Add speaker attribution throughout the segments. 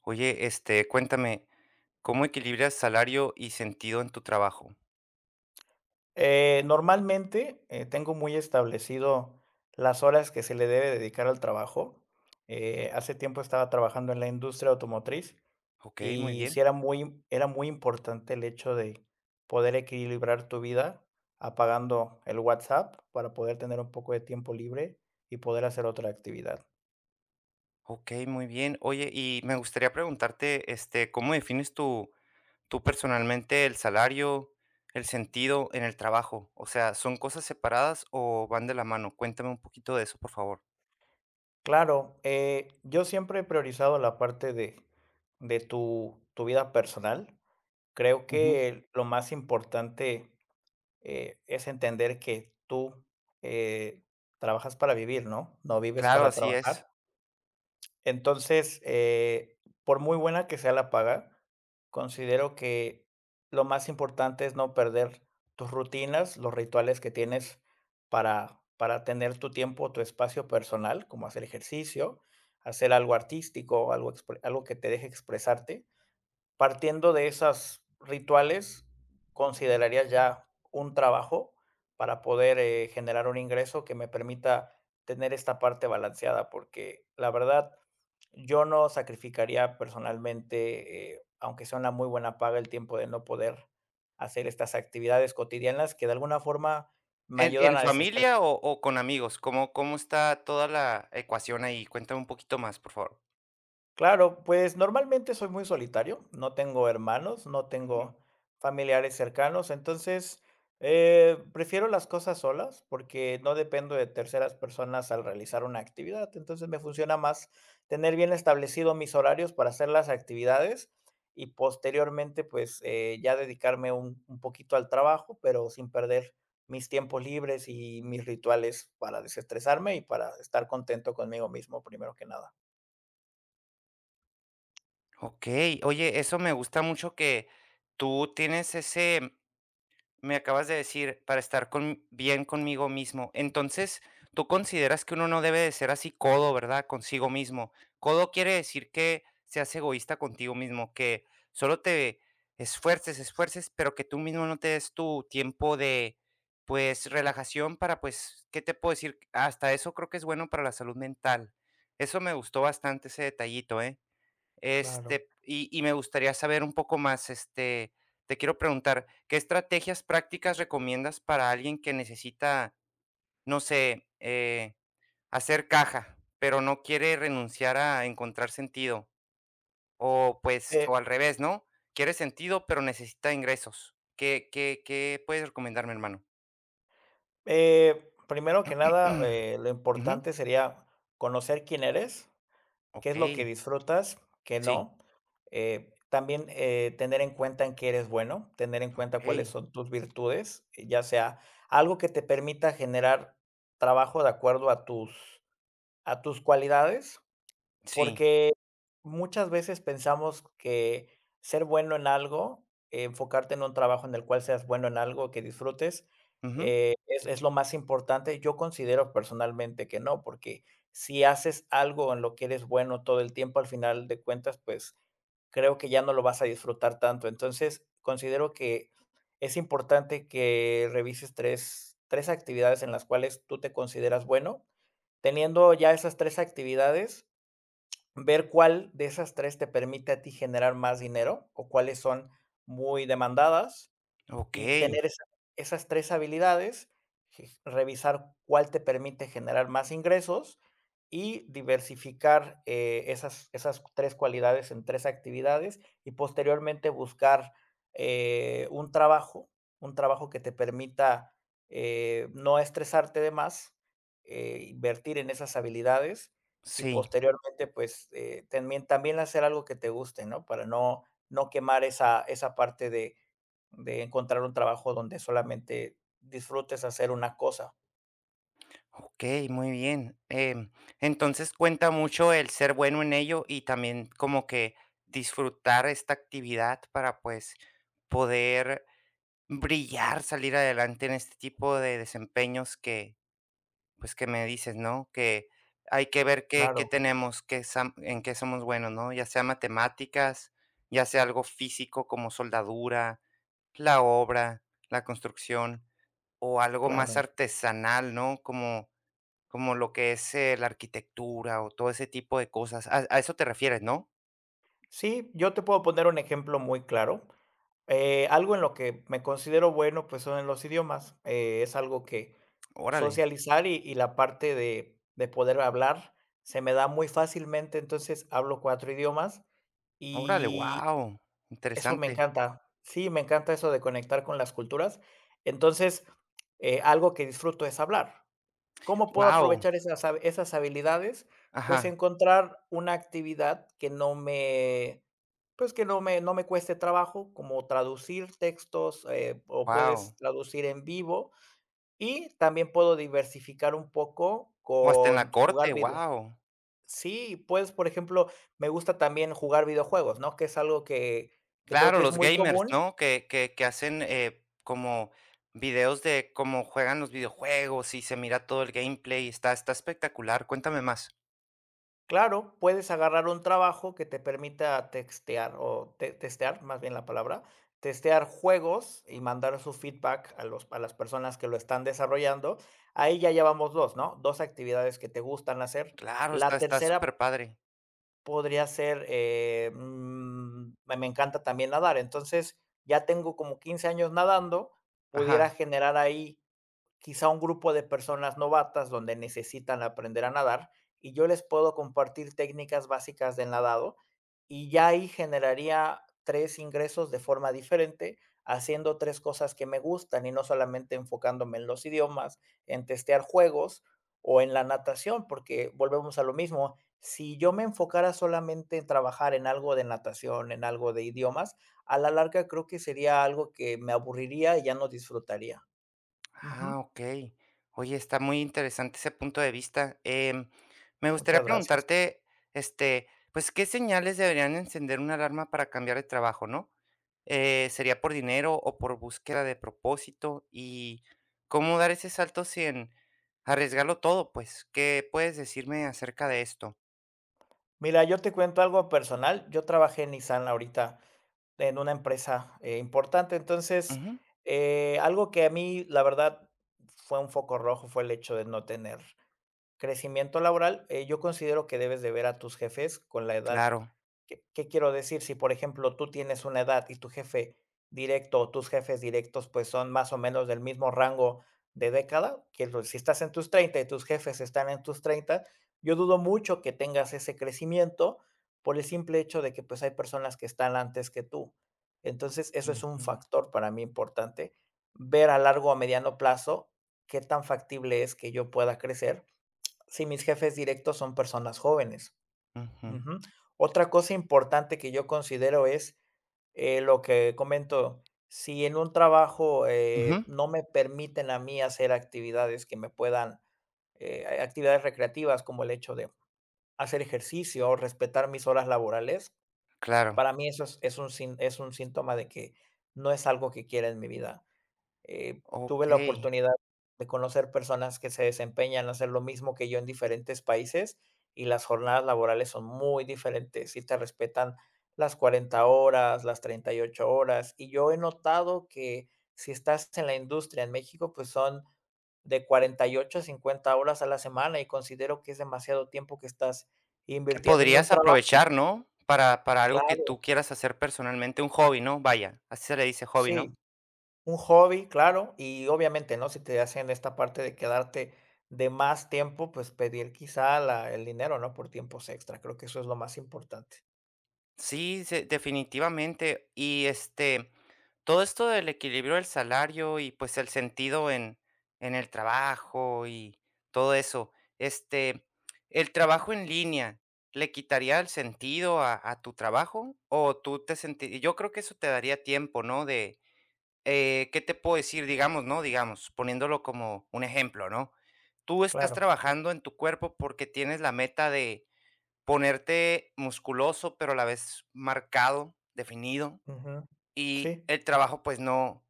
Speaker 1: Oye, este, cuéntame, ¿cómo equilibras salario y sentido en tu trabajo?
Speaker 2: Normalmente, tengo muy establecido las horas que se le debe dedicar al trabajo. Hace tiempo estaba trabajando en la industria automotriz
Speaker 1: Ok, muy
Speaker 2: y sí
Speaker 1: bien.
Speaker 2: era muy importante el hecho de poder equilibrar tu vida apagando el WhatsApp para poder tener un poco de tiempo libre y poder hacer otra actividad.
Speaker 1: Ok, muy bien. Oye, y me gustaría preguntarte, este, ¿cómo defines tú, tú personalmente el salario, el sentido en el trabajo? O sea, ¿son cosas separadas o van de la mano? Cuéntame un poquito de eso, por favor.
Speaker 2: Claro, yo siempre he priorizado la parte de tu vida personal. Creo
Speaker 1: Ujú.
Speaker 2: que lo más importante, es entender que tú, eh, trabajas para vivir, ¿no? No vives
Speaker 1: Claro,
Speaker 2: para
Speaker 1: así es.
Speaker 2: trabajar. Entonces, por muy buena que sea la paga, considero que lo más importante es no perder tus rutinas, los rituales que tienes para tener tu tiempo, tu espacio personal, como hacer ejercicio, hacer algo artístico, algo que te deje expresarte. Partiendo de esas rituales, ¿considerarías ya un trabajo para poder, generar un ingreso que me permita tener esta parte balanceada? Porque la verdad, yo no sacrificaría personalmente, aunque sea una muy buena paga, el tiempo de no poder hacer estas actividades cotidianas que de alguna forma me ayudan
Speaker 1: En
Speaker 2: a desestresarme.
Speaker 1: familia o con amigos? ¿Cómo, cómo está toda la ecuación ahí? Cuéntame un poquito más, por favor.
Speaker 2: Claro, pues normalmente soy muy solitario, no tengo hermanos, no tengo familiares cercanos, entonces prefiero las cosas solas porque no dependo de terceras personas al realizar una actividad, entonces me funciona más tener bien establecido mis horarios para hacer las actividades y posteriormente pues ya dedicarme un poquito al trabajo, pero sin perder mis tiempos libres y mis rituales para desestresarme y para estar contento conmigo mismo primero que nada.
Speaker 1: Okey. Oye, eso me gusta mucho que tú tienes ese me acabas de decir, para estar con bien conmigo mismo. Entonces, tú consideras que uno no debe de ser así codo, ¿verdad? Consigo mismo. Codo quiere decir que seas egoísta contigo mismo, que solo te esfuerces, esfuerces, pero que tú mismo no te des tu tiempo de, pues, relajación para, pues, ¿qué te puedo decir? Hasta eso creo que es bueno para la salud mental. Eso me gustó bastante, ese detallito, ¿eh?
Speaker 2: Claro.
Speaker 1: Este, y me gustaría saber un poco más, este, te quiero preguntar, ¿qué estrategias prácticas recomiendas para alguien que necesita, no sé, hacer caja, pero no quiere renunciar a encontrar sentido? O pues,
Speaker 2: Eh,
Speaker 1: o al revés, ¿no? Quiere sentido, pero necesita ingresos. ¿Qué, qué, qué puedes recomendarme, hermano?
Speaker 2: Primero que nada, lo
Speaker 1: Ujú,
Speaker 2: importante sería conocer quién eres, qué
Speaker 1: ok,
Speaker 2: es lo que disfrutas, qué
Speaker 1: sí,
Speaker 2: no. También tener en cuenta en qué eres bueno, tener en cuenta cuáles
Speaker 1: ok,
Speaker 2: son tus virtudes, ya sea algo que te permita generar trabajo de acuerdo a a tus cualidades,
Speaker 1: sí,
Speaker 2: porque muchas veces pensamos que ser bueno en algo, enfocarte en un trabajo en el cual seas bueno en algo que disfrutes,
Speaker 1: ujú,
Speaker 2: es lo más importante. Yo considero personalmente que no, porque si haces algo en lo que eres bueno todo el tiempo, al final de cuentas, pues creo que ya no lo vas a disfrutar tanto. Entonces, considero que es importante que revises tres actividades en las cuales tú te consideras bueno. Teniendo ya esas tres actividades, ver cuál de esas 3 te permite a ti generar más dinero o cuáles son muy demandadas
Speaker 1: ok,
Speaker 2: y tener esas 3 habilidades, je revisar cuál te permite generar más ingresos y diversificar, esas 3 cualidades en 3 actividades y posteriormente buscar, eh, un trabajo, un trabajo que te permita, no estresarte de más, invertir en esas habilidades y
Speaker 1: sí.
Speaker 2: posteriormente, pues, también hacer algo que te guste, ¿no? Para no quemar esa parte de encontrar un trabajo donde solamente disfrutes hacer una cosa.
Speaker 1: Okey, muy bien. Entonces, cuenta mucho el ser bueno en ello y también como que disfrutar esta actividad para, pues, poder brillar, salir adelante en este tipo de desempeños que, pues, que me dices, ¿no? Que hay que ver qué qué
Speaker 2: Claro,
Speaker 1: tenemos, qué sam en qué somos buenos, ¿no? Ya sea matemáticas, ya sea algo físico como soldadura, la obra, la construcción o algo más
Speaker 2: claro.
Speaker 1: artesanal, ¿no? Como como lo que es, la arquitectura o todo ese tipo de cosas. A eso te refieres, no?
Speaker 2: Sí, yo te puedo poner un ejemplo muy claro. Algo en lo que me considero bueno, pues, son en los idiomas. Es algo que
Speaker 1: Órale,
Speaker 2: socializar y la parte de poder hablar se me da muy fácilmente, entonces hablo 4 idiomas
Speaker 1: órale,
Speaker 2: y
Speaker 1: wow,
Speaker 2: eso me
Speaker 1: interesante.
Speaker 2: encanta. Sí, me encanta eso de conectar con las culturas. Entonces, algo que disfruto es hablar. ¿Cómo puedo
Speaker 1: Wow,
Speaker 2: aprovechar esas habilidades? Pues
Speaker 1: ajá,
Speaker 2: encontrar una actividad que no me, pues, que no me cueste trabajo, como traducir textos, o
Speaker 1: wow.
Speaker 2: puedes traducir en vivo, y también puedo diversificar un poco
Speaker 1: O hasta en
Speaker 2: con
Speaker 1: la
Speaker 2: jugar
Speaker 1: corte,
Speaker 2: video.
Speaker 1: wow.
Speaker 2: Sí, pues, por ejemplo, me gusta también jugar videojuegos, ¿no? Que es algo que creo
Speaker 1: Claro,
Speaker 2: que es
Speaker 1: los
Speaker 2: muy
Speaker 1: gamers,
Speaker 2: común.
Speaker 1: ¿no? Que hacen, como videos de cómo juegan los videojuegos y se mira todo el gameplay, está está espectacular, cuéntame más.
Speaker 2: Claro, puedes agarrar un trabajo que te permita textear o testear, más bien la palabra, testear juegos y mandar su feedback a los, a las personas que lo están desarrollando. Ahí ya llevamos dos, ¿no? Dos actividades que te gustan hacer.
Speaker 1: Claro, está
Speaker 2: La
Speaker 1: está
Speaker 2: tercera
Speaker 1: súper padre.
Speaker 2: podría ser, me encanta también nadar, entonces ya tengo como 15 años nadando,
Speaker 1: Ajá.
Speaker 2: pudiera generar ahí quizá un grupo de personas novatas donde necesitan aprender a nadar y yo les puedo compartir técnicas básicas del nadado y ya ahí generaría 3 ingresos de forma diferente, haciendo 3 cosas que me gustan y no solamente enfocándome en los idiomas, en testear juegos o en la natación, porque volvemos a lo mismo, si yo me enfocara solamente en trabajar en algo de natación, en algo de idiomas, a la larga creo que sería algo que me aburriría y ya no disfrutaría.
Speaker 1: Ah,
Speaker 2: Ujú.
Speaker 1: okey. Oye, está muy interesante ese punto de vista. Me gustaría
Speaker 2: Muchas gracias.
Speaker 1: preguntarte, este, pues, ¿qué señales deberían encender una alarma para cambiar de trabajo, no? ¿Sería por dinero o por búsqueda de propósito? Y, ¿cómo dar ese salto sin arriesgarlo todo, pues? ¿Qué puedes decirme acerca de esto?
Speaker 2: Mira, yo te cuento algo personal. Yo trabajé en Nissan ahorita en una empresa, importante. Entonces,
Speaker 1: Ujú,
Speaker 2: algo que a mí, la verdad, fue un foco rojo fue el hecho de no tener crecimiento laboral. Yo considero que debes de ver a tus jefes con la edad.
Speaker 1: claro.
Speaker 2: ¿Qué, qué quiero decir? Si, por ejemplo, tú tienes una edad y tu jefe directo o tus jefes directos pues son más o menos del mismo rango de década, quiero decir, si estás en tus 30 y tus jefes están en tus treinta, yo dudo mucho que tengas ese crecimiento por el simple hecho de que pues hay personas que están antes que tú. Entonces, eso es un
Speaker 1: Ujú,
Speaker 2: factor para mí importante, ver a largo o mediano plazo qué tan factible es que yo pueda crecer si mis jefes directos son personas jóvenes.
Speaker 1: ujú,
Speaker 2: Ujú. Otra cosa importante que yo considero es lo que comento, si en un trabajo
Speaker 1: ujú,
Speaker 2: no me permiten a mí hacer actividades que me puedan, actividades recreativas como el hecho de hacer ejercicio o respetar mis horas laborales,
Speaker 1: claro,
Speaker 2: para mí eso es un, sin- es un síntoma de que no es algo que quiera en mi vida. Tuve la
Speaker 1: okey.
Speaker 2: oportunidad de conocer personas que se desempeñan a hacer lo mismo que yo en diferentes países y las jornadas laborales son muy diferentes. Sí te respetan las 40 horas, las 38 horas. Y yo he notado que si estás en la industria en México, pues son de 48 a 50 horas a la semana y considero que es demasiado tiempo que estás
Speaker 1: ¿Que
Speaker 2: invirtiendo en un
Speaker 1: podrías
Speaker 2: trabajo.
Speaker 1: aprovechar, ¿no? Para algo que
Speaker 2: Claro,
Speaker 1: tú quieras hacer personalmente, un hobby, ¿no? Vaya, así se le dice hobby, ¿no?
Speaker 2: sí. Un hobby, claro, y obviamente, ¿no? Si te hacen esta parte de quedarte de más tiempo, pues pedir quizá la el dinero, ¿no? Por tiempos extra. Creo que eso es lo más importante.
Speaker 1: Sí, se definitivamente. Y, este, todo esto del equilibrio del salario y, pues, el sentido en el trabajo y todo eso, este, ¿el trabajo en línea le quitaría el sentido a tu trabajo? O tú te senti yo creo que eso te daría tiempo, ¿no? De ¿qué te puedo decir? Digamos, ¿no? Digamos, poniéndolo como un ejemplo, ¿no? Tú estás
Speaker 2: Claro.
Speaker 1: trabajando en tu cuerpo porque tienes la meta de ponerte musculoso, pero a la vez marcado, definido,
Speaker 2: Ujú. Sí,
Speaker 1: y el trabajo pues no,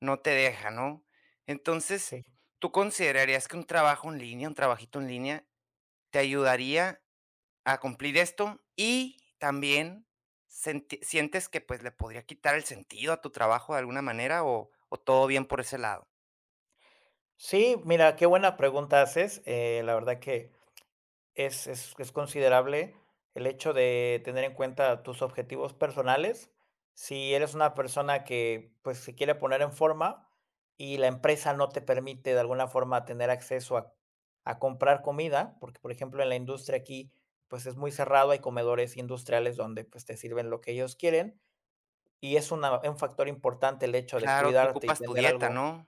Speaker 1: no te deja, ¿no? Entonces,
Speaker 2: sí.
Speaker 1: ¿tú considerarías que un trabajo en línea, un trabajito en línea, te ayudaría a cumplir esto y también senti- sientes que pues le podría quitar el sentido a tu trabajo de alguna manera o todo bien por ese lado.
Speaker 2: Sí, mira, qué buena pregunta haces. La verdad que es considerable el hecho de tener en cuenta tus objetivos personales. Si eres una persona que, pues, se quiere poner en forma y la empresa no te permite de alguna forma tener acceso a comprar comida, porque, por ejemplo, en la industria aquí, pues, es muy cerrado, hay comedores industriales donde, pues, te sirven lo que ellos quieren, y es una un factor importante el hecho de
Speaker 1: Claro, tú
Speaker 2: cuidarte y
Speaker 1: ocupas tu
Speaker 2: tener
Speaker 1: dieta,
Speaker 2: algo.
Speaker 1: ¿no?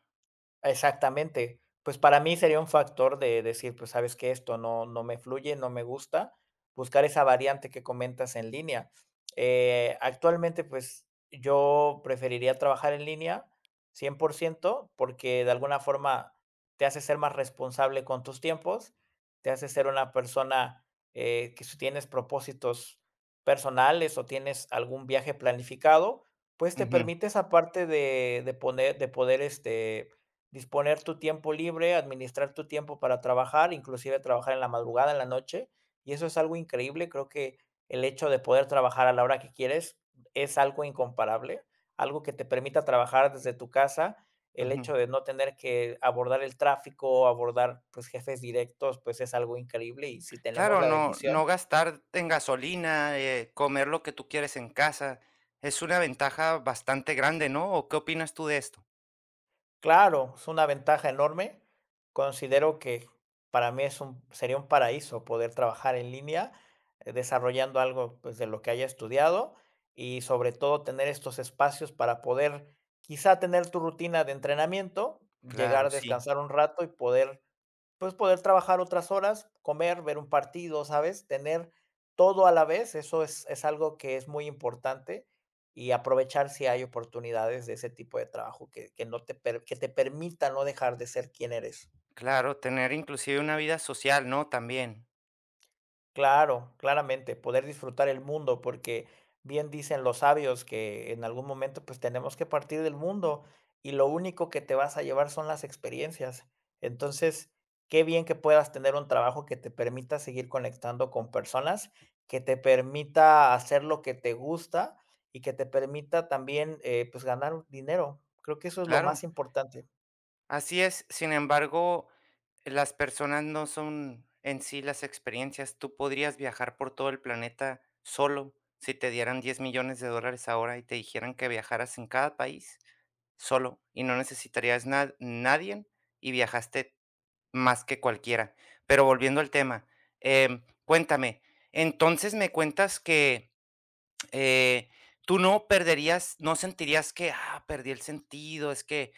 Speaker 2: Exactamente. Pues, para mí sería un factor de decir, pues, ¿sabes que esto no me fluye, no me gusta. Buscar esa variante que comentas en línea. Actualmente, pues, yo preferiría trabajar en línea 100% porque de alguna forma te hace ser más responsable con tus tiempos, te hace ser una persona, que si tienes propósitos personales o tienes algún viaje planificado, pues, te
Speaker 1: Ujú,
Speaker 2: permite esa parte de poder disponer tu tiempo libre, administrar tu tiempo para trabajar, inclusive trabajar en la madrugada, en la noche, y eso es algo increíble. Creo que el hecho de poder trabajar a la hora que quieres es algo incomparable, algo que te permita trabajar desde tu casa. El
Speaker 1: ujú.
Speaker 2: hecho de no tener que abordar el tráfico, abordar, pues, jefes directos, pues, es algo increíble, y si tenemos
Speaker 1: Claro,
Speaker 2: la
Speaker 1: no,
Speaker 2: bendición.
Speaker 1: no gastar en gasolina, comer lo que tú quieres en casa, es una ventaja bastante grande, ¿no? ¿O qué opinas tú de esto?
Speaker 2: Claro, es una ventaja enorme. Considero que para mí es un, sería un paraíso poder trabajar en línea, desarrollando algo pues, de lo que haya estudiado y sobre todo tener estos espacios para poder quizá tener tu rutina de entrenamiento, llegar
Speaker 1: Claro,
Speaker 2: a
Speaker 1: sí,
Speaker 2: descansar un rato y poder pues, poder trabajar otras horas, comer, ver un partido, ¿sabes? Tener todo a la vez, eso es algo que es muy importante, y aprovechar si hay oportunidades de ese tipo de trabajo que te permita no dejar de ser quien eres.
Speaker 1: claro, tener inclusive una vida social, ¿no? También,
Speaker 2: Claro, claramente, poder disfrutar el mundo, porque bien dicen los sabios que en algún momento pues tenemos que partir del mundo y lo único que te vas a llevar son las experiencias. Entonces, qué bien que puedas tener un trabajo que te permita seguir conectando con personas, que te permita hacer lo que te gusta y que te permita también pues ganar dinero. Creo que eso es lo más
Speaker 1: claro.
Speaker 2: importante.
Speaker 1: Así es, sin embargo, las personas no son en sí las experiencias. Tú podrías viajar por todo el planeta solo si te dieran $10 millones ahora y te dijeran que viajaras en cada país solo y no necesitarías na- nadie y viajaste más que cualquiera. Pero volviendo al tema, cuéntame, entonces me cuentas que eh, tú no perderías, no sentirías que, ah, perdí el sentido, es que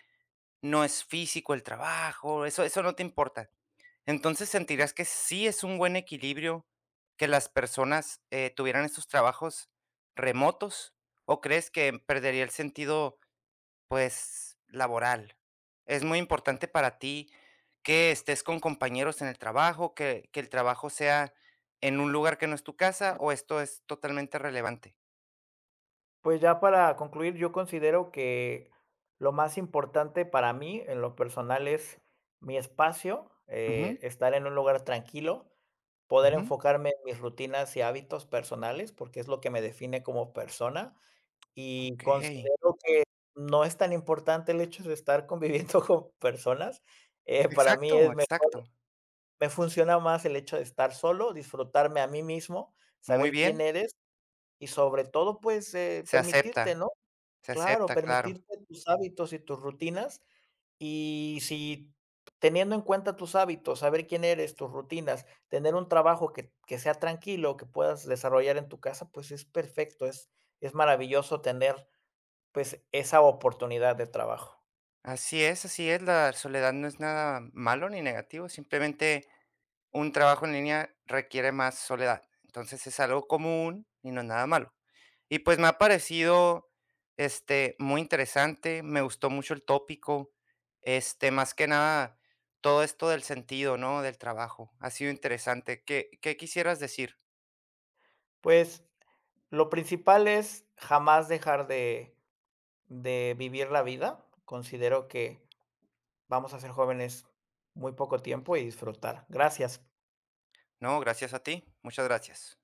Speaker 1: no es físico el trabajo, eso eso no te importa. Entonces, ¿sentirás que sí es un buen equilibrio que las personas, tuvieran estos trabajos remotos, o crees que perdería el sentido, pues, laboral? Es muy importante para ti que estés con compañeros en el trabajo, que el trabajo sea en un lugar que no es tu casa, ¿o esto es totalmente relevante?
Speaker 2: Pues ya para concluir, yo considero que lo más importante para mí, en lo personal, es mi espacio,
Speaker 1: Ujú,
Speaker 2: estar en un lugar tranquilo, poder
Speaker 1: ujú,
Speaker 2: enfocarme en mis rutinas y hábitos personales, porque es lo que me define como persona. Y
Speaker 1: okey.
Speaker 2: considero que no es tan importante el hecho de estar conviviendo con personas. Para mí
Speaker 1: Exacto,
Speaker 2: es me,
Speaker 1: exacto.
Speaker 2: Me funciona más el hecho de estar solo, disfrutarme a mí mismo,
Speaker 1: Muy
Speaker 2: saber quién
Speaker 1: bien,
Speaker 2: eres y sobre todo, pues,
Speaker 1: se acepta.
Speaker 2: permitirte, ¿no?
Speaker 1: Se
Speaker 2: Claro,
Speaker 1: acepta, claro.
Speaker 2: permitirte tus hábitos y tus rutinas, y si teniendo en cuenta tus hábitos, saber quién eres, tus rutinas, tener un trabajo que sea tranquilo, que puedas desarrollar en tu casa, pues es perfecto, es maravilloso tener, pues, esa oportunidad de trabajo.
Speaker 1: Así es, la soledad no es nada malo ni negativo, simplemente un trabajo en línea requiere más soledad. Entonces es algo común y no es nada malo. Y pues me ha parecido este, muy interesante, me gustó mucho el tópico, este, más que nada todo esto del sentido, ¿no? Del trabajo. Ha sido interesante. ¿Qué, qué quisieras decir?
Speaker 2: Pues, lo principal es jamás dejar de vivir la vida. Considero que vamos a ser jóvenes muy poco tiempo y disfrutar. Gracias.
Speaker 1: No, gracias a ti. Muchas gracias.